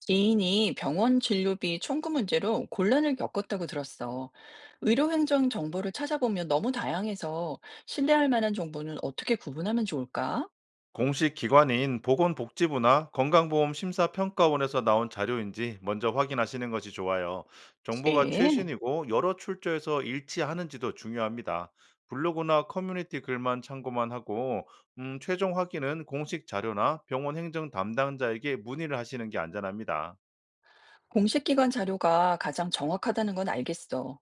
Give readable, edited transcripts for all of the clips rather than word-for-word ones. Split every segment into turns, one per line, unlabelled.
지인이 병원 진료비 청구 문제로 곤란을 겪었다고 들었어. 의료 행정 정보를 찾아보면 너무 다양해서 신뢰할 만한 정보는 어떻게 구분하면 좋을까?
공식 기관인 보건복지부나 건강보험심사평가원에서 나온 자료인지 먼저 확인하시는 것이 좋아요. 정보가
예.
최신이고 여러 출처에서 일치하는지도 중요합니다. 블로그나 커뮤니티 글만 참고만 하고 최종 확인은 공식 자료나 병원 행정 담당자에게 문의를 하시는 게 안전합니다.
공식 기관 자료가 가장 정확하다는 건 알겠어.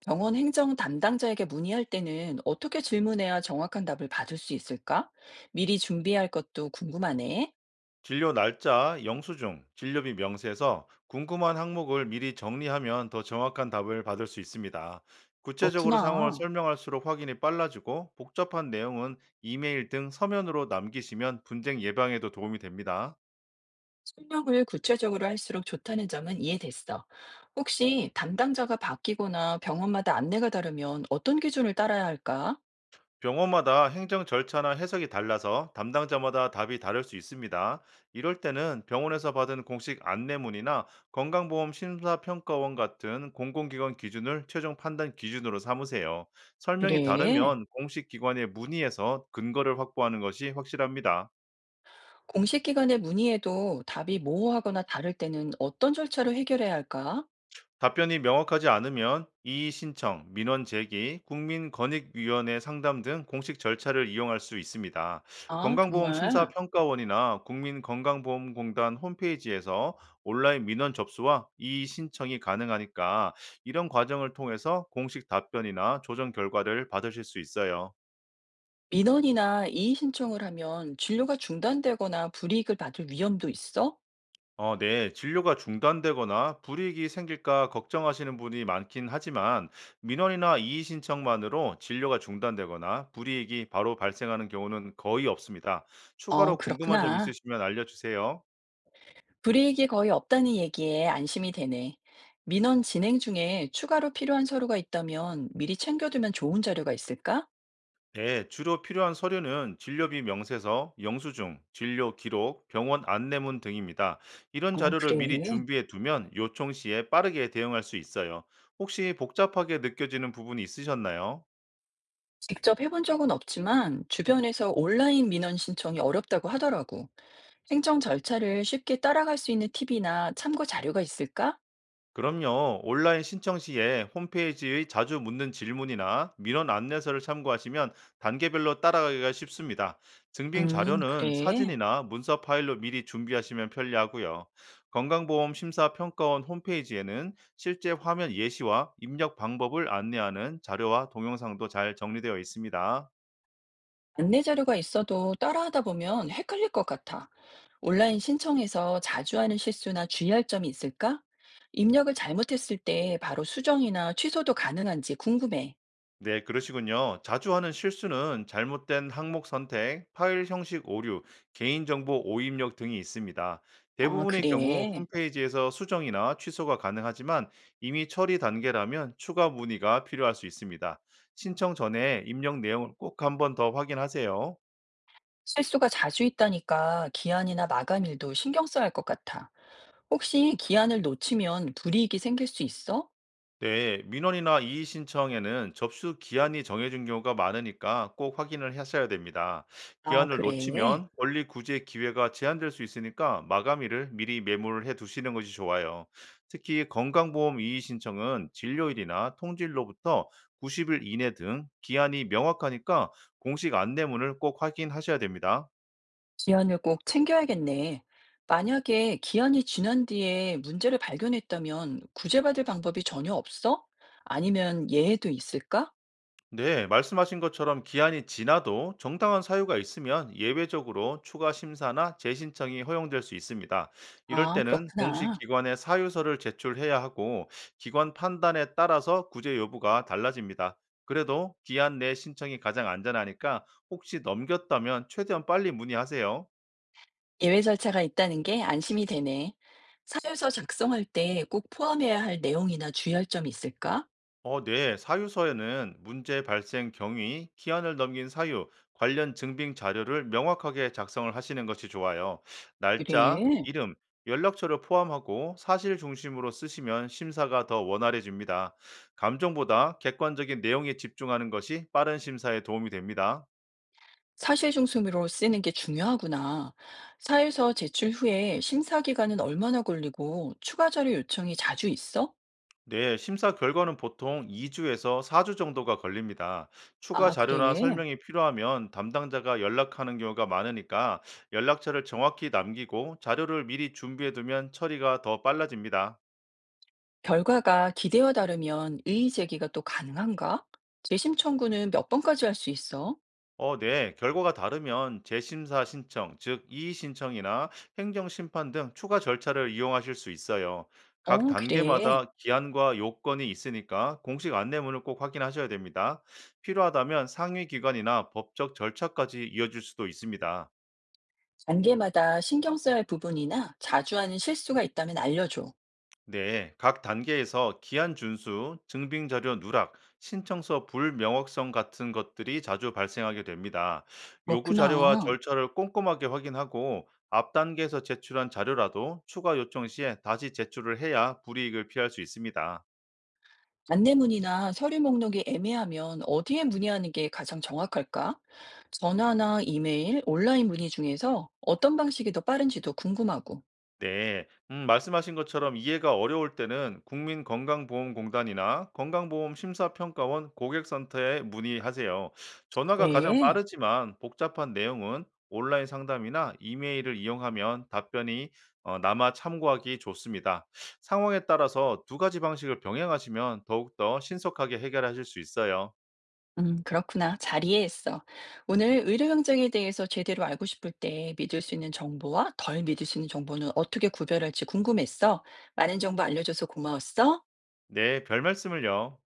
병원 행정 담당자에게 문의할 때는 어떻게 질문해야 정확한 답을 받을 수 있을까? 미리 준비할 것도 궁금하네.
진료 날짜, 영수증, 진료비 명세서 궁금한 항목을 미리 정리하면 더 정확한 답을 받을 수 있습니다. 구체적으로 상황을
그렇구나.
설명할수록 확인이 빨라지고 복잡한 내용은 이메일 등 서면으로 남기시면 분쟁 예방에도 도움이 됩니다.
출력을 구체적으로 할수록 좋다는 점은 이해됐어. 혹시 담당자가 바뀌거나 병원마다 안내가 다르면 어떤 기준을 따라야 할까?
병원마다 행정 절차나 해석이 달라서 담당자마다 답이 다를 수 있습니다. 이럴 때는 병원에서 받은 공식 안내문이나 건강보험 심사평가원 같은 공공기관 기준을 최종 판단 기준으로 삼으세요. 설명이
그래.
다르면 공식 기관에 문의해서 근거를 확보하는 것이 확실합니다.
공식 기관에 문의해도 답이 모호하거나 다를 때는 어떤 절차로 해결해야 할까?
답변이 명확하지 않으면 이의 신청, 민원 제기, 국민권익위원회 상담 등 공식 절차를 이용할 수 있습니다.
아, 정말.
건강보험심사평가원이나 국민건강보험공단 홈페이지에서 온라인 민원 접수와 이의 신청이 가능하니까 이런 과정을 통해서 공식 답변이나 조정 결과를 받으실 수 있어요.
민원이나 이의 신청을 하면 진료가 중단되거나 불이익을 받을 위험도 있어?
네. 진료가 중단되거나 불이익이 생길까 걱정하시는 분이 많긴 하지만 민원이나 이의 신청만으로 진료가 중단되거나 불이익이 바로 발생하는 경우는 거의 없습니다. 추가로 궁금한 점
그렇구나.
있으시면 알려주세요.
불이익이 거의 없다는 얘기에 안심이 되네. 민원 진행 중에 추가로 필요한 서류가 있다면 미리 챙겨두면 좋은 자료가 있을까?
네, 주로 필요한 서류는 진료비 명세서, 영수증, 진료 기록, 병원 안내문 등입니다. 이런
어,
자료를 미리
그래.
준비해 두면 요청 시에 빠르게 대응할 수 있어요. 혹시 복잡하게 느껴지는 부분이 있으셨나요?
직접 해본 적은 없지만 주변에서 온라인 민원 신청이 어렵다고 하더라고. 행정 절차를 쉽게 따라갈 수 있는 팁이나 참고 자료가 있을까?
그럼요. 온라인 신청 시에 홈페이지의 자주 묻는 질문이나 민원 안내서를 참고하시면 단계별로 따라가기가 쉽습니다. 증빙 자료는
그래.
사진이나 문서 파일로 미리 준비하시면 편리하고요. 건강보험 심사평가원 홈페이지에는 실제 화면 예시와 입력 방법을 안내하는 자료와 동영상도 잘 정리되어 있습니다.
안내 자료가 있어도 따라하다 보면 헷갈릴 것 같아. 온라인 신청에서 자주 하는 실수나 주의할 점이 있을까? 입력을 잘못했을 때 바로 수정이나 취소도 가능한지 궁금해.
네, 그러시군요. 자주 하는 실수는 잘못된 항목 선택, 파일 형식 오류, 개인정보 오입력 등이 있습니다.
아,
대부분의 경우
그래.
홈페이지에서 수정이나 취소가 가능하지만 이미 처리 단계라면 추가 문의가 필요할 수 있습니다. 신청 전에 입력 내용을 꼭 한 번 더 확인하세요.
실수가 자주 있다니까 기한이나 마감일도 신경 써야 할 것 같아. 혹시 기한을 놓치면 불이익이 생길 수 있어?
네, 민원이나 이의 신청에는 접수 기한이 정해진 경우가 많으니까 꼭 확인을 하셔야 됩니다.
아,
기한을
그래.
놓치면 권리 구제 기회가 제한될 수 있으니까 마감일을 미리 메모를 해 두시는 것이 좋아요. 특히 건강보험 이의 신청은 진료일이나 통지일로부터 90일 이내 등 기한이 명확하니까 공식 안내문을 꼭 확인하셔야 됩니다.
기한을 꼭 챙겨야겠네. 만약에 기한이 지난 뒤에 문제를 발견했다면 구제받을 방법이 전혀 없어? 아니면 예외도 있을까?
네, 말씀하신 것처럼 기한이 지나도 정당한 사유가 있으면 예외적으로 추가 심사나 재신청이 허용될 수 있습니다. 이럴
아,
때는 공식
그렇구나.
기관에 사유서를 제출해야 하고 기관 판단에 따라서 구제 여부가 달라집니다. 그래도 기한 내 신청이 가장 안전하니까 혹시 넘겼다면 최대한 빨리 문의하세요.
예외 절차가 있다는 게 안심이 되네. 사유서 작성할 때 꼭 포함해야 할 내용이나 주의할 점이 있을까?
네. 사유서에는 문제 발생 경위, 기한을 넘긴 사유, 관련 증빙 자료를 명확하게 작성을 하시는 것이 좋아요. 날짜,
그래.
이름, 연락처를 포함하고 사실 중심으로 쓰시면 심사가 더 원활해집니다. 감정보다 객관적인 내용에 집중하는 것이 빠른 심사에 도움이 됩니다.
사실 중심으로 쓰는 게 중요하구나. 사유서 제출 후에 심사 기간은 얼마나 걸리고 추가 자료 요청이 자주 있어?
네, 심사 결과는 보통 2주에서 4주 정도가 걸립니다. 추가
아,
자료나
그래.
설명이 필요하면 담당자가 연락하는 경우가 많으니까 연락처를 정확히 남기고 자료를 미리 준비해두면 처리가 더 빨라집니다.
결과가 기대와 다르면 이의 제기가 또 가능한가? 재심 청구는 몇 번까지 할 수 있어?
네. 결과가 다르면 재심사 신청, 즉 이의신청이나 행정심판 등 추가 절차를 이용하실 수 있어요. 각
그래.
단계마다 기한과 요건이 있으니까 공식 안내문을 꼭 확인하셔야 됩니다. 필요하다면 상위 기관이나 법적 절차까지 이어질 수도 있습니다.
단계마다 신경 써야 할 부분이나 자주 하는 실수가 있다면 알려줘.
네, 각 단계에서 기한 준수, 증빙 자료 누락, 신청서 불명확성 같은 것들이 자주 발생하게 됩니다. 요구 자료와
그렇구나.
절차를 꼼꼼하게 확인하고 앞 단계에서 제출한 자료라도 추가 요청 시에 다시 제출을 해야 불이익을 피할 수 있습니다.
안내문이나 서류 목록이 애매하면 어디에 문의하는 게 가장 정확할까? 전화나 이메일, 온라인 문의 중에서 어떤 방식이 더 빠른지도 궁금하고.
네, 말씀하신 것처럼 이해가 어려울 때는 국민건강보험공단이나 건강보험심사평가원 고객센터에 문의하세요. 전화가 가장
네.
빠르지만 복잡한 내용은 온라인 상담이나 이메일을 이용하면 답변이 남아 참고하기 좋습니다. 상황에 따라서 두 가지 방식을 병행하시면 더욱더 신속하게 해결하실 수 있어요.
그렇구나. 잘 이해했어. 오늘 의료 현장에 대해서 제대로 알고 싶을 때 믿을 수 있는 정보와 덜 믿을 수 있는 정보는 어떻게 구별할지 궁금했어. 많은 정보 알려줘서 고마웠어.
네, 별 말씀을요.